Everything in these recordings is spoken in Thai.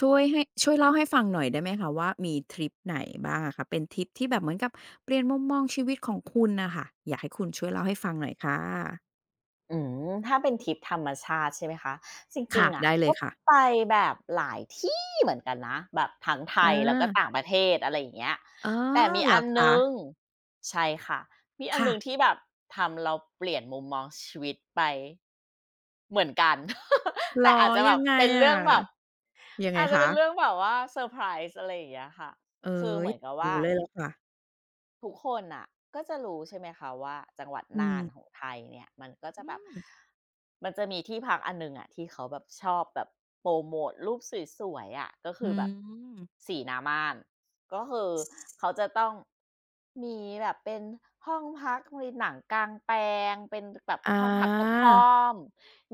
ช่วยให้ช่วยเล่าให้ฟังหน่อยได้ไหมคะว่ามีทริปไหนบ้างอะคะเป็นทริปที่แบบเหมือนกับเปลี่ยนมุมมองชีวิตของคุณน่ะค่ะอยากให้คุณช่วยเล่าให้ฟังหน่อยค่ะอืมถ้าเป็นทริปธรรมชาติใช่ไหมคะจริงค่ะๆอะได้เลก็ยค่ะไปแบบหลายที่เหมือนกันนะแบบทั้งไทอายแล้วก็ต่างประเทศอะไรอย่างเงี้ยอ๋อแต่มีเหรอัอนหคะนึ่งใช่ค่ะมีอันหค่ะนึ่งที่แบบทำเราเปลี่ยนมุมมองชีวิตไปเหมือนกัน เหรแต่ออาจจะแบยับงไงเป็นอะเรื่องแบบยังไงอาจจะคะเป็นเรื่องแบบว่าเซอร์ไพรส์อะไรอย่างเงี้ยค่ะเออคือเหมืออนยากกับว่า รู้เลยล่ะค่ะทุกคนน่ะก็จะรู้ใช่ไหมคะว่าจังหวัดอืน่ามนของไทยเนี่ยมันก็จะอืแบบมมันจะมีที่พักอันหนึ่งอะที่เขาแบบชอบแบบโปรโมตรูปสวยๆอะก็อืคือแบบมสีน้ำม่านก็คือเขาจะต้องมีแบบเป็นห้องพักมีหนังกางแปลงเป็นแบบอาห้องพักกระท่อม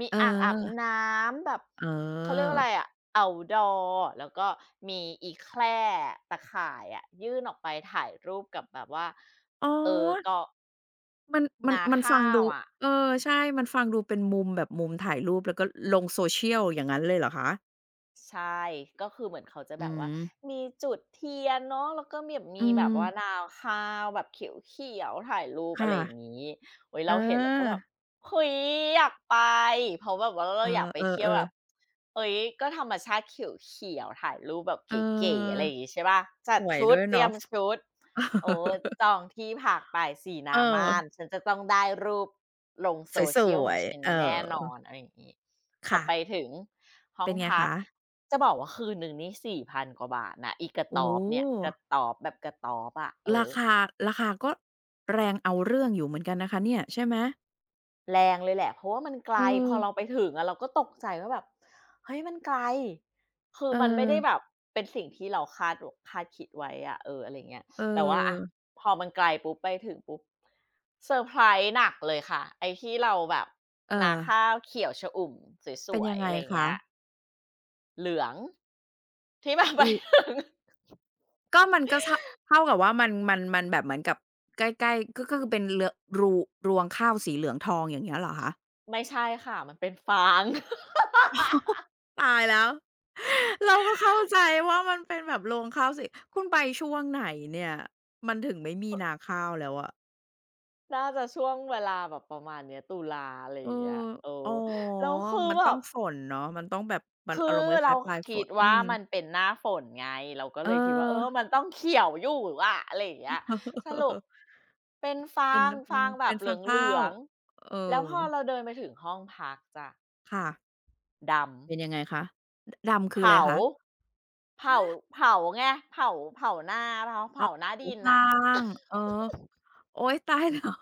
มีเอออ่างอาบน้ำแบบเออเขาเรียกว่าอะไรอะ outdoor แล้วก็มีอีแคร่ตะข่ายอะยื่นออกไปถ่ายรูปกับแบบว่าอ๋อ เกาะมันมันนามันฟัข้างวดูอะ เออใช่มันฟังดูเป็นมุมแบบมุมถ่ายรูปแล้วก็ลง social อย่างงั้นเลยเหรอคะใช่ก็คือเหมือนเขาจะอืแบบว่ามมีจุดเทียนเนาะแล้วก็มีแบบอืมีแบบว่ามนาวข้าวแบบเขียวๆถ่ายรูปอะค่ะไรอย่างงี้โอ๊ยเอเราเห็นแล้วก็แบอบเฮ้ยอยากไปเพราะแบบว่าเราเออยากไปเที่ยวแบอบๆๆเฮ้ยก็ธรรมชาติเขียวๆถ่ายรูปแบบเเอก๋ๆอะไรออย่างงี้ใช่เปล่าจัสดวยชุดด้วยเตรียมเนาะฟชุดโอ้จองที่พักไปสีเออน้ำม่านฉันจะต้องได้รูปลง ส social ขวองยฉันๆเออแน่นอนอะไรอย่างงี้พอค่ะไปถึงห้อเป็งนไงพัก คะจะบอกว่าคืนหนึ่งนี่4,000กว่าบาทนะอีกระโอ้ต๊โอบเนี่ยกระฮต๊อบแบบกระต๊อบอะเอราอคาราคาก็แรงเอาเรื่องอยู่เหมือนกันนะคะเนี่ยใช่ไหมแรงเลยแหละเพราะว่ามันไกลเอพออเราไปถึงอะเราก็ตกใจว่าแบบเฮ้ยมันไกลคือเอมันไม่อได้แบบเป็นสิ่งที่เราคาดวคาดคิดไว้อะเอออะไรเงี้ยเออแต่ว่าอะพอมันไกลปุ๊บไปถึงปุ๊บเซอร์ไพรส์หนักเลยค่ะไอ้ที่เราแบบเอนาอข้าวเขียวชอุ่มสเป็นวยัยงๆไงอะไรคะเงี้ยเหลืองที่แบบ ไปอือ ถึงก็มันก็เท่าเท่ากับว่ามันแบบเหมือนกับใกล้ๆก็ก็คือเป็นเรือรูรวงข้าวสีเหลืองทองอย่างเงี้ยเหรอคะไม่ใช่ค่ะมันเป็นฟาง ตายแล้วเราก็เข้าใจว่ามันเป็นแบบรวงข้าวสีคุณไปช่วงไหนเนี่ยมันถึงไม่มีนาข้าวแล้วอะน่าจะช่วงเวลาแบบประมาณเนี้ยตุลาอะไรอเออย่างเงี้ยเอออ๋อแล้วคือมันแบต้อบงฝนเนาะมันต้องแบบมันคือาอรมณ์คเราล้ายๆปลายฝคิดนอืว่ามมันเป็นหน้าฝนไงเราก็เอเลยคิดว่าเอออ มันต้องเขียวอยู่อะอะไรอย่างเงี้ยสรุป เป็นเป็ฟานงฟัฟางงแบเป็บนเหฟางข้าลือวงเออๆแล้วพอเราเดินไปถึงห้องพักจ้ะค่ะดเป็นยังไงคะดำดำคืออะไรเผาคะเผาฮะ เผาไงเผาเผาหน้าเผาเผาหน้าหูดินฟัน่ะงเออโอ๊ยตายแล้ว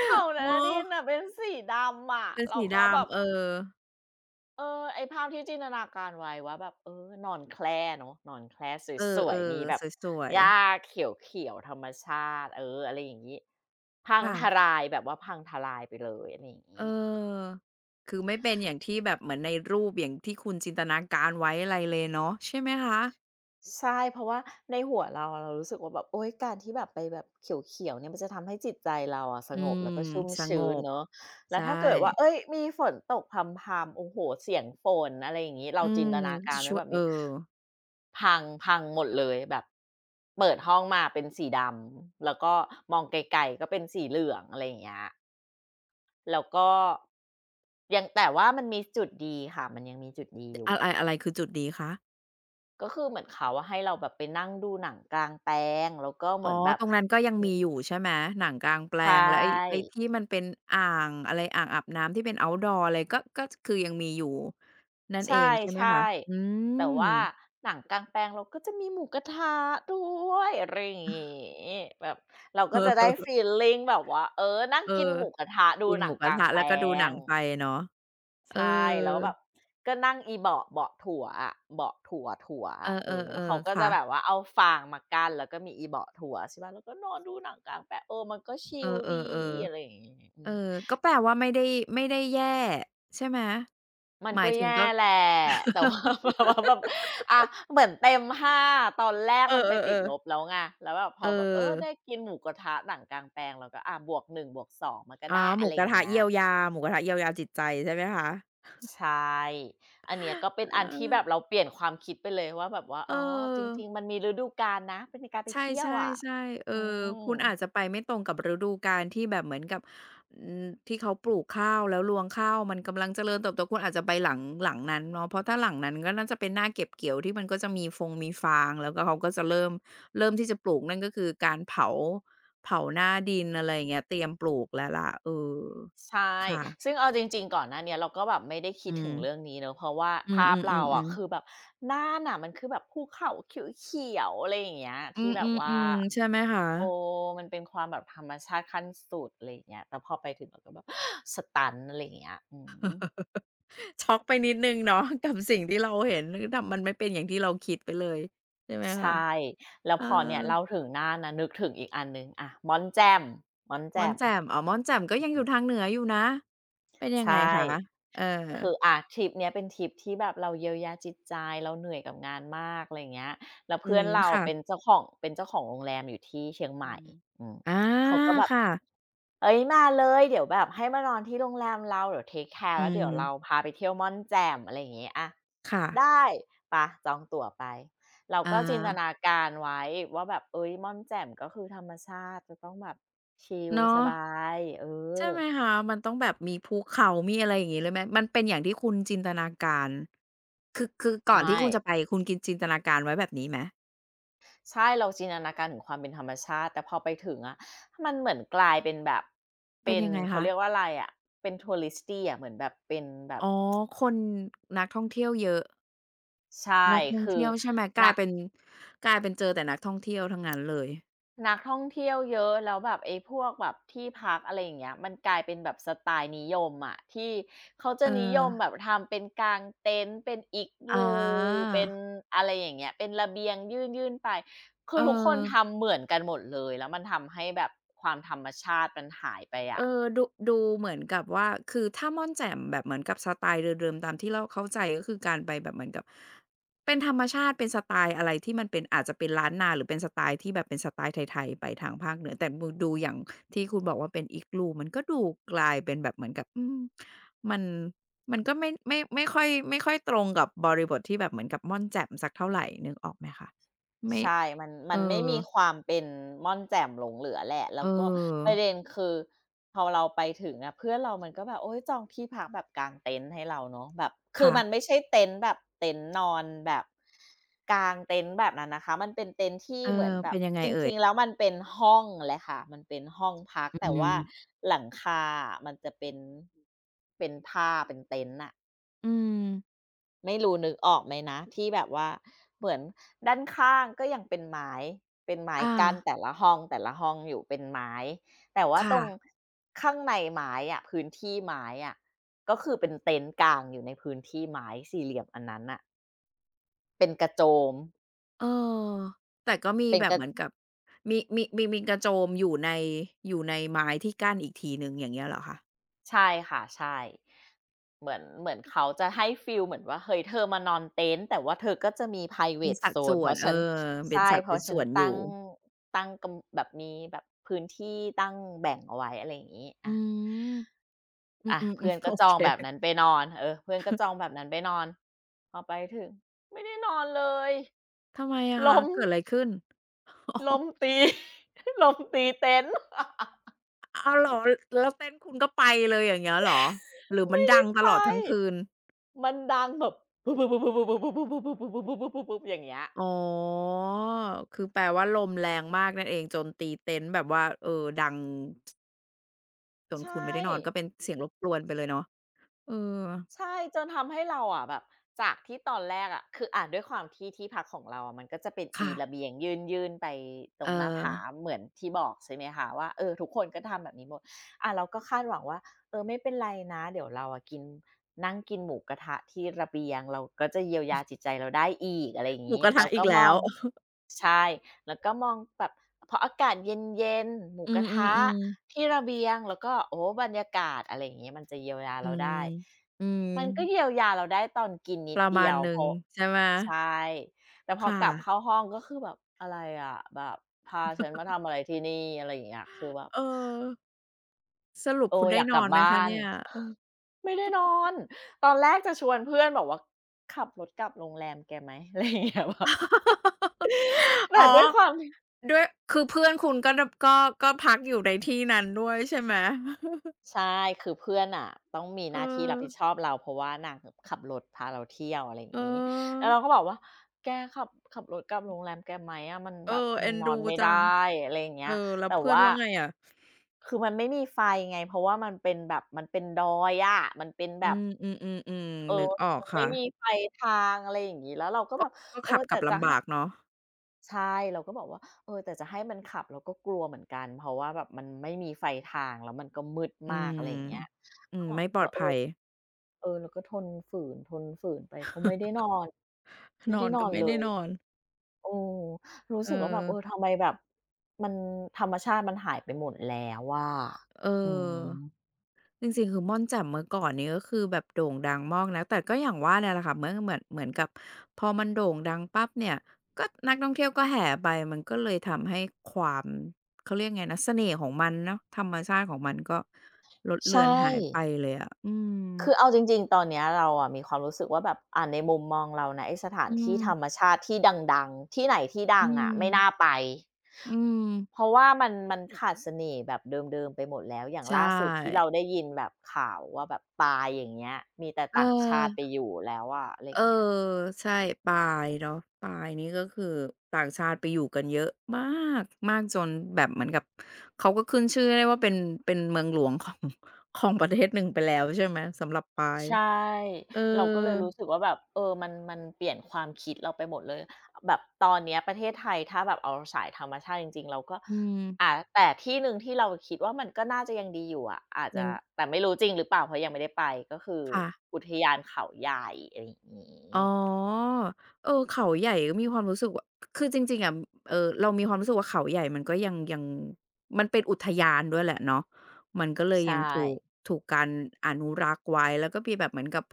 เผาหเอน้าดินอน่ะเป็นสีดำอะเป็นเราสีก็แบบ ดำเออเออไอ้ภาพที่จินตนาการไว้ว่าแบบเออนอนแคร่เนาะนอนแคร่เออสวยๆมีแบๆบสวยหๆญ้าเขียวๆธรรมชาติเอออะไรอย่างงี้พังค่ะทลายแบบว่าพังทลายไปเลยอะไรอย่างเองี้ อคือไม่เป็นอย่างที่แบบเหมือนในรูปอย่างที่คุณจินตนาการไว้อะไรเลยเนาะใช่ไหมคะใช่เพราะว่าในหัวเราอะเรารู้สึกว่าแบบโอ๊ยการที่แบบไปแบบเขียวๆเนี่ยมันจะทำให้จิตใจเราอะสอืงบแล้มวก็ชุ่มสงชื้นบเนาะแล้วใช่ถ้าเกิดว่าเฮ้ยมีฝนตกพรำๆโอ้โฮเสียงฝนอะไรอย่างงี้เราอืจินมตนาชการไว้ช่วแบยบเออนี้พังพังหมดเลยแบบเปิดห้องมาเป็นสีดำแล้วก็มองไกลๆก็เป็นสีเหลืองอะไรอย่างเงี้ยแล้วก็ยังแต่ว่ามันมีจุดดีค่ะมันยังมีจุดดีอยู่ อะไรอะไรคือจุดดีคะ ก็คือเหมือนเขาอะให้เราแบบไปนั่งดูหนังกลางแปลงแล้วก็เหอ๋มือ อนแบบตรงนั้นก็ยังมีอยู่ใช่ไหม หนังกลางแปลใชงแล้วไอ้่ที่มันเป็นอ่างอะไรอ่างอาบน้ำที่เป็น outdoor อะไรก็ก็คือยังมีอยู่นั่นเอใช่งใช่ไหมคะอืๆแต่ม ว่าหนังกลางแปลงเราก็จะมีหมูกระทะด้วยอะไรอย่างงี้แบบเราก็จะได้ ฟีลลิงแบบว่าเออนั่งเอกินอหมูกระทะดูกินหหนัมูงกกระลางทะแปลแล้วก็ดูหนัง งไปเนาะเอใชอ ่แล้วแบบก็นั่งอีเบาะเบาะถั่วอะเบาะถั่วถั่วเออะเออแล้วอเขาๆก็ๆจะค่ะแบบว่าเอาฟางมากั้นแล้วก็มีอีเบาะถั่วใช่เปล่าแล้วก็นอนดูหนังกลางแปลงเออมันก็ชิเออลดีอะไรอๆย่างงี้อืๆเออ มก็แปลว่าไม่ได้ไม่ได้แย่ใช่ไหม มันหมาก็ยถึงแย่ก็ แหละ แต่ว่าแบบ ว่าแบบอะเหมือนเต็มห้าตอนแรกเอมันไปติดอลๆบๆแล้วไงแล้วแบบพเอออแบบเออได้กินหมูกระทะหนังกลางแปลงเราก็อะบวกหนึ่งบวกสองมันก็อ๋อ ได้หอะมูไรกอระย่างทะเงี้ย เยียวยาหมูกระทะเยียวยาจิตใจใช่ไหมคะใช่ อันเนี้ยก็เป็นอันที่แบเออ บเราเปลี่ยนความคิดไปเลยว่าแบบว่าเอออ๋อจริงๆมันมีฤดูกาลนะเป็นการไปใช่เที่ยวๆ่อะใช่เอออืมคุณอาจจะไปไม่ตรงกับฤดูกาลที่แบบเหมือนกับอืมที่เขาปลูกข้าวแล้วรวงข้าวมันกำลังเจริญเติบโตคุณอาจจะไปหลังหลังนั้นเนาะเพราะถ้าหลังนั้นก็น่าจะเป็นหน้าเก็บเกี่ยวที่มันก็จะมีฟงมีฟางแล้วก็เขาก็จะเริ่มเริ่มที่จะปลูกนั่นก็คือการเผาเผาหน้าดินอะไรอย่างเงี้ยเตรียมปลูกแล้วล่ะเออใช่ค่ะซึ่งเอาจริงๆก่อนหน้าเนี้ยเราก็แบบไม่ได้คิอืดถึมงเรื่องนี้เนาะเพราะว่าอืภาพเราออะๆๆคือแบๆบน่านน่ะมันคือแบบภูเขาเขียวๆอะไรอย่างเงี้ยอืที่แบบว่ามๆๆใช่ไหมคะ เออมันเป็นความแบบธรรมชาติขั้นสุดอะไรอย่างเงี้ยแต่พอไปถึงเราก็แบบ สตันอะไรอย่างเงี้ยอืม ช็อกไปนิดหนึ่งเนาะ กับสิ่งที่เราเห็นคือทำมันไม่เป็นอย่างที่เราคิดไปเลยใช่ไหมใชคะ่แล้วเออพอเนี่ยเล่าถึงน่านนะนึกถึงอีกอันหนึ่งอะม่อนแจ่มม่อนม่อแจ่นมแจ่มอ๋อม่อนแจ่มก็ยังอยู่ทางเหนืออยู่นะเป็นยัใชงไง่คะเออคืออะทริปเนี้ยเป็นทริปที่แบบเราเยียวยาจิตใจเราเหนื่อยกับงานมากอะไรอย่างเงี้ยแล้วอืเพื่อมนเราเป็นค่ะเจ้าของโรงแรมอยู่ที่เชียงใหอืม่มอืมอาเขาก็แบบ ค่ะเอ้ยมาเลยเดี๋ยวแบบให้มานอนที่โรงแรมเราเดี๋ยวเทกแคร์อืแล้วเดี๋ยมวเราพาไปเที่ยวม่อนแจ่มอะไรอย่างงี้อะค่ะได้ไปะจองตั๋วไปเราอาก็จินตนาการไว้ว่าแบบเฮ้ยม่อนแจ่มก็คือธรรมชาติจะต้องแบบชิลสเนาะบายเออใช่ไหมคะมันต้องแบบมีภูเขามีอะไรอย่างงี้เลยไหมมันเป็นอย่างที่คุณจินตนาการคือก่อนไม่ที่คุณจะไปคุณกินจินตนาการไว้แบบนี้ไหมใช่เราจินตนาการถึงความเป็นธรรมชาติแต่พอไปถึงอะมันเหมือนกลายเป็นแบบเป็เป็นนยังไงเขาคะ เรียกว่าอะไรอะเป็น touristy อะเหมือนแบบเป็นแบบอ๋อ คนนักท่องเที่ยวเยอะ ใช่นักท่องคือเที่ยวใช่ไหม กลานัยก เป็น กลายเป็นเจอแต่นักท่องเที่ยวทั้งนั้นเลย นักท่องเที่ยวเยอะแล้วแบบไอ้พวกแบบที่พักอะไรอย่างเงี้ยมันกลายเป็นแบบสไตล์นิยมอะที่เขาจะเอนิยอมแบบทำเป็นกางเต็นท์เป็น อา Igloo เป็นอะไรอย่างเงี้ยเป็นระเบียงยื่นๆไปคืเอออ ทุกคนทำเหมือนกันหมดเลยแล้วมันทำให้แบบความธรรมชาติมันหายไปเออะ อดูดูเหมือนกับว่าคือถ้าม่อนแจ่มแบบเหมือนกับสไตล์เดิมๆตามที่เราเข้าใจก็คือการไปแบบเหมือนกับเป็นธรรมชาติเป็นสไตล์อะไรที่มันเป็นอาจจะเป็นล้านนาหรือเป็นสไตล์ที่แบบเป็นสไตล์ไทยๆไปทางภาคเหนือแต่บูดูอย่างที่คุณบอกว่าเป็น Igloo มันก็ดูกลายเป็นแบบเหมือนกับอืมมันมันก็ไม่ไม่ค่อยไม่ค่อยตรงกับบริบทที่แบบเหมือนกับม่อนแจ่มสักเท่าไรนึกออกไหมคะไม่ใช่มันมัเอนไม่อมีความเป็นม่อนแจ่มหลงเหลือแหละเอแล้วก็ปอระเด็นคือพอเราไปถึงอะเพื่อนเรามันก็แบบโอ๊ยจองที่พักแบบกางเต็นท์ให้เราเนาะแบบคือค่ะมันไม่ใช่เต็นท์แบบเต็นท์นอนแบบกางเต็นท์แบบนั้นนะคะมันเป็นเต็นท์ที่เออเหมือนแบบเป็นยังไงจเอ่ริยงๆแล้วมันเป็นห้องเลยค่ะมันเป็นห้องพักอืแต่ว่าม หลังคาอะมันจะเป็นผ้าเป็นเต็นท์น่ะ อืมไม่รู้นึกออกไหมนะที่แบบว่าเหมือนด้านข้างก็ยังเป็นไม้เป็นไม้อากั้นแต่ละห้องแต่ละห้องอยู่เป็นไม้แต่ว่าคตรง่ะข้างในไม้อะพื้นที่ไม้อะก็คือเป็นเต็นท์กางอยู่ในพื้นที่ไม้สี่เหลี่ยมอันนั้นน่ะเป็นกระโจมเออแต่ก็มีเป็นแบกบระ เหมือนกับมีกระโจมอยู่ในอยู่ในไม้ที่กั้นอีกทีหนึ่งอย่างเงี้ยเหรอคะใช่ค่ะใช่เหมือนเขาจะให้ฟีลเหมือนว่าเฮ้ยเธอมานอนเต็นท์แต่ว่าเธอก็จะมีไพรเวมีตสัโซดนส่วเพนราะเออฉันเป็นใช่สัดเพเป็ราะนฉัส่นวนอยู่ ตั้งกำแบบมีแบบพื้นที่ตั้งแบ่งเอาไว้อะไรอย่างงี้อือามอือามเพื่อนๆๆโอก็จอเคงแบบนั้นไปนอนเออเพื่อนก็จองแบบนั้นไปนอนพอไปถึงไม่ได้นอนเลยทำไมอะล้คะมเกิดอะไรขึ้นล้มตีล้มตีเต็นท์อ้าวเหรอแล้วเต้นคุณก็ไปเลยอย่างเงี้ยเหรอหรือมันไม่ได้ดังตไปลอดทั้งคืน มันดังแบบอย่างเงี้ย อ๋อ คือแปลว่าลมแรงมากนั่นเองจนตีเต็นท์แบบว่าเออดัง จนใชคุณ่ไม่ได้นอนก็เป็นเสียงรบกวนไปเลยเนาะเออใช่จนทำให้เราอะแบบจากที่ตอนแรกอะคือด้วยความที่ที่พักของเราอะมันก็จะเป็นอีค่ะระเบียงยื่นๆไปตรเอองหน้าผาเหมือนที่บอกใช่ไหมคะว่าเออทุกคนก็ทำแบบนี้หมดเราก็คาดหวังว่าเออไม่เป็นไรนะเดี๋ยวเราอะกินนั่งกินหมูกระทะที่ระเบียงเราก็จะเยียวยาจิตใจเราได้อีกอะไรอย่างหมูงี้กระทะเราอีก็กมแล้อวงใช่ แล้วก็มองแบบพออากาศเย็นๆหมูอืกระทะมๆๆที่ระเบียงแล้วก็โอ้โฮบรรยากาศอะไรอย่างงี้มันจะเยียวยาอืเรามได้อืมมันก็เยียวยาเราได้ตอนกินนิปดระเดีมายณวหเพนึ่งราะใช่ไหมใช่แต่พอค่ะกลับเข้าห้องก็คือแบบอะไรอะแบบพาฉันมาทำอะไรที่นี่อะไรอย่างเงี้ยคือแบบเออสรุปเอคุอณอได้ยากนกอลับนไหมบ้าคะนเนี่ยเออ ไม่ได้นอนตอนแรกจะชวนเพื่อนบอกว่าขับรถกลับโรงแรมแกไหมอะไรอย่างเงี้ยแบบ แต่อ๋อด้วยความที่ ด้วยคือเพื่อนคุณก็ดะก็ก็พักอยู่ในที่นั้นด้วยใช่ไหม ใช่คือเพื่อนน่ะต้องมีหเอน้าที่รับอ ผิดชอบเราเพราะว่านางขับรถพาเราเที่ยวอะไรอย่าเออ งงี้แล้วเราก็บอกว่าแกขับรถกลับโรงแรมแกไหมอะมันเอแบอ บมัเอ็นนนอดูนไม่ไดจัง้อะไรอย่างเอเงี้อยแล้วแต่เพื่อนว่าว่าไงอะคือมันไม่มีไฟไงเพราะว่ามันเป็นแบบมันเป็นดอยอะมันเป็นแบอืบมๆๆเออๆนึกออกมันไม่ค่ะ มีไฟทางอะไรอย่างงี้แล้วเราก็แบบก็เออขับกแต่ลับจะลำให้ บากเนาะใช่เราก็บอกว่าเออแต่จะให้มันขับเราก็กลัวเหมือนกันเพราะว่าแบบมันไม่มีไฟทางแล้วมันก็มืดอืมากอะมไรอย่างเงี้ยอืก็มบอกไม่ปลก็อดเออภัย เออเราก็ทนฝืนไปก็ไม่ได้นอนไม่นอได้นนอก็นไม่เลได้ยนอนเออรู้เออสึกว่าแบบเออทำไมแบบมันธรรมชาติมันหายไปหมดแล้วอะเออือมจริงๆคือม่อนแจ่มเมื่อก่อนนี้ก็คือแบบโด่งดังมากนะแต่ก็อย่างว่าเนี่ยแหละค่ะเมื่อเหมือนกับพอมันโด่งดังปั๊บเนี่ยก็นักท่องเที่ยวก็แห่ไปมันก็เลยทำให้ความเขาเรียกไงนะเสน่ห์ของมันเนาะธรรมชาติของมันก็ลดใชเลือน่ หายไปเลยอะอืมคือเอาจริงๆตอนเนี้ยเราอะมีความรู้สึกว่าแบบในมุมมองเรานะไอ้สถานอืที่มธรรมชาติที่ดังๆที่ไหนที่ดัอืงอะมไม่น่าไปอืมเพราะว่ามันขาดเสน่ห์แบบเดิมๆไปหมดแล้วอย่างใชล่าสุดที่่เราได้ยินแบบข่าวว่าแบบปาอย่างเงี้ยมีแต่เต่างชาติไปออ อยู่แล้วอะอะไรอเออย่างเงี้ย ใช่ปายเนาะปายนี่ก็คือต่างชาติไปอยู่กันเยอะมากมากจนแบบเหมือนกับเขาก็ขึ้นชื่อได้ว่าเป็นเมืองหลวงของ ของประเทศหนึ่งไปแล้วใช่ไหมสำหรับปายใช่เออเราก็เลยรู้สึกว่าแบบเออมันเปลี่ยนความคิดเราไปหมดเลยแบบตอนเนี้ยประเทศไทยถ้าแบบเอาสายธรรมชาติจริงๆเราก็อืมแต่ที่หนึ่งที่เราคิดว่ามันก็น่าจะยังดีอยู่อะอาจยัจะงแต่ไม่รู้จริงหรือเปล่าเพราะยังไม่ได้ไปก็คือค่ะ อุทยานเขาใหญ่อะไรอย่างงี้อ๋อเออเขาใหญ่ก็มีความรู้สึกว่าคือจริงๆอะเรามีความรู้สึกว่าเขาใหญ่มันก็ยังมันเป็นอุทยานด้วยแหละเนาะมันก็เลยใช่ยังถูกถูกการอนุรักษ์ไว้แล้วก็มีแบบเหมือนกับ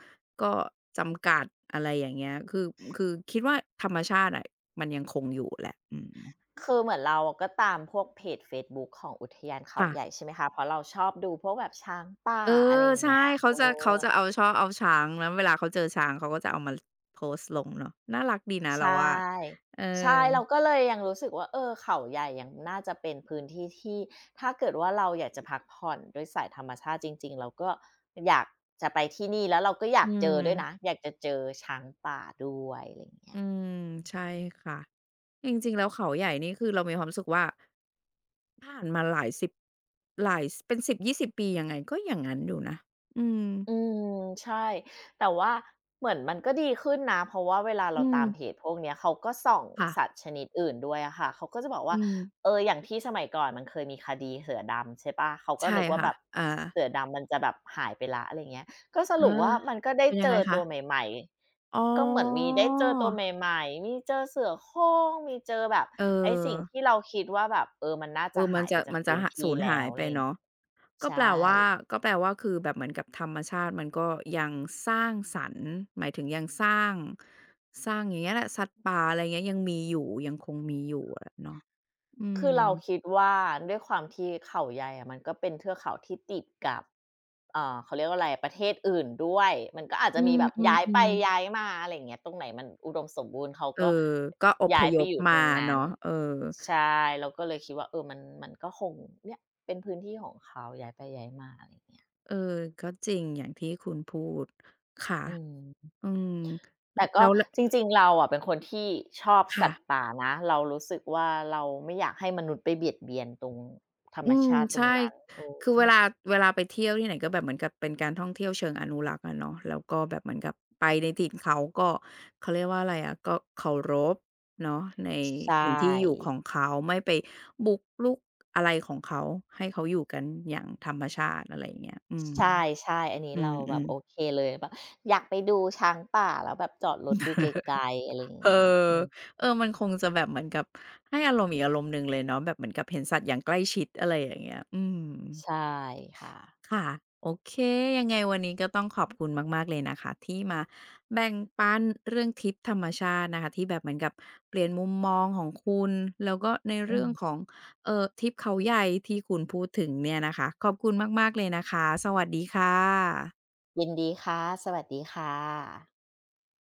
ก็จำกัดอะไรอย่างเงี้ยคือคือคิดว่าธรรมชาติอะมันยังคงอยู่แหละอืมคือเหมือนเราอะก็ตามพวกเพจเฟซบุ๊กของอุทยานเขาค่ะใหญ่ใช่ไหมคะเพราะเราชอบดูพวกแบบช้างป่าเอออะไรอย่างใช่ เงี้ยเขาเออ จะเขาจะเอาชอบเอาช้างแล้วเวลาเขาเจอช้างเขาก็จะเอามาโพสต์ลงเนาะน่ารักดีนะใชเราว่า่เออใช่ เราก็เลยยังรู้สึกว่าเออเขาใหญ่ยังน่าจะเป็นพื้นที่ที่ถ้าเกิดว่าเราอยากจะพักผ่อนด้วยสายธรรมชาติจริงๆ เราก็อยากจะไปที่นี่แล้วเราก็อยาอืกเจอด้วยนะม อยากจะเจอช้างป่าด้วยอะไรอย่างเงี้อืย มใช่ค่ะจริงๆแล้วเขาใหญ่นี่คือเรามีความรู้สึกว่าผ่านมาหลายสิบหลายสเป็นสิบยี่สิบปียังไงก็อย่างงั้นอยู่นะอืมอืมใช่แต่ว่าเหมือนมันก็ดีขึ้นนะเพราะว่าเวลาเราอืมตามเพจพวกเนี้ยเขาก็ส่องค่ะสัตว์ชนิดอื่นด้วยอะค่ะเขาก็จะบอกอืว่ามเอออย่างที่สมัยก่อนมันเคยมีคดีเสือดำใช่เปล่าเขาก็ใช่นึกว่าค่ะแบบอ่าเสือดำมันจะแบบหายไปแล้วอะไรเงี้ยก็สเออรุปว่ามันก็ได้เป็นยัเจงไงอตัวคะใหม่อ๋ๆก็เหมือนมีอได้เจอตัวใหม่ๆมีเจอเสือโคร่งมีเจอแบบเอไอ้สิ่งอที่เราคิดว่าแบบเออมันน่าเอจะอมัหานยไปจะจากมันจะพื้นหะที่สูญแล้หาวยอะไปไรอย่างเงี้เนาะ ยก็ใช่ แปลว่าก็แปลว่าคือแบบเหมือนกับธรรมชาติมันก็ยังสร้างสรรค์หมายถึงยังสร้างสร้างอย่างเงี้ยแหละสัตว์ป่าอะไรเงี้ยยังมีอยู่ยังคงมีอยู่อะเนาะอืคือมเราคิดว่าด้วยความที่เขาใหญ่อะมันก็เป็นเทือกเขาที่ติดกับเอ่าเขาเรียกว่าอะไรประเทศอื่นด้วยมันก็อาจจะอืมีแบบย้ายไปมๆย้าๆยมาอะไรอย่างเงี้ยตรงไหนมันอุดมสมบูรณ์เขาเออก็ก็อพย้ายยไปพอยู่ตมารงนั้นเนาะเออใช่เราก็เลยคิดว่าเออมันก็คงเนี่ยเป็นพื้นที่ของเขาย้ายไปย้ายมาอะไรอย่างเงี้ยเออก็จริงอย่างที่คุณพูดค่ะอืมอืมแต่ก็แล้วลจริงๆเราอะเป็นคนที่ชอบสัค่ะ ตว์ป่านะเรารู้สึกว่าเราไม่อยากให้มนุษย์ไปเบียดเบียนตรงธรรอืมมชาติตรใช่งนั้นเออ คือเวลาไปเที่ยวที่ไหนก็แบบเหมือนกับเป็นการท่องเที่ยวเชิงอนุรักษ์อะเนาะแล้วก็แบบเหมือนกับไปในถิ่นเขาก็เขาเรียกว่าอะไรอะก็เคารพเนาะในใชถิ่นที่อยู่่ ของเขาไม่ไปบุกรุกอะไรของเขาให้เขาอยู่กันอย่างธรรมชาติอะไรอย่างเงี้ยอืมใช่ๆอันนี้อืเราแบบมโอๆ เคเลยแบบอยากไปดูช้างป่าแล้วแบบจอดรถดูไกลๆอะไรอ ย่างเออเงี้ยอืมเออมันคงจะแบบเหมือนกับให้อารมณ์อีกอารมณ์หนึ่งเลยเนาะแบบเหมือนกับเห็นสัตว์อย่างใกล้ชิดอะไรอย่างเงี้ยอืม ใช่ค่ะค่ะโอเคยังไงวันนี้ก็ต้องขอบคุณมากๆเลยนะคะที่มาแบ่งปันเรื่องทริปธรรมชาตินะคะที่แบบเหมือนกับเปลี่ยนมุมมองของคุณแล้วก็ในอืเรื่มองของทริปเขาใหญ่ที่คุณพูดถึงเนี่ยนะคะขอบคุณมากๆเลยนะคะสวัสดีค่ะยินดีค่ะ สวัสดีค่ะ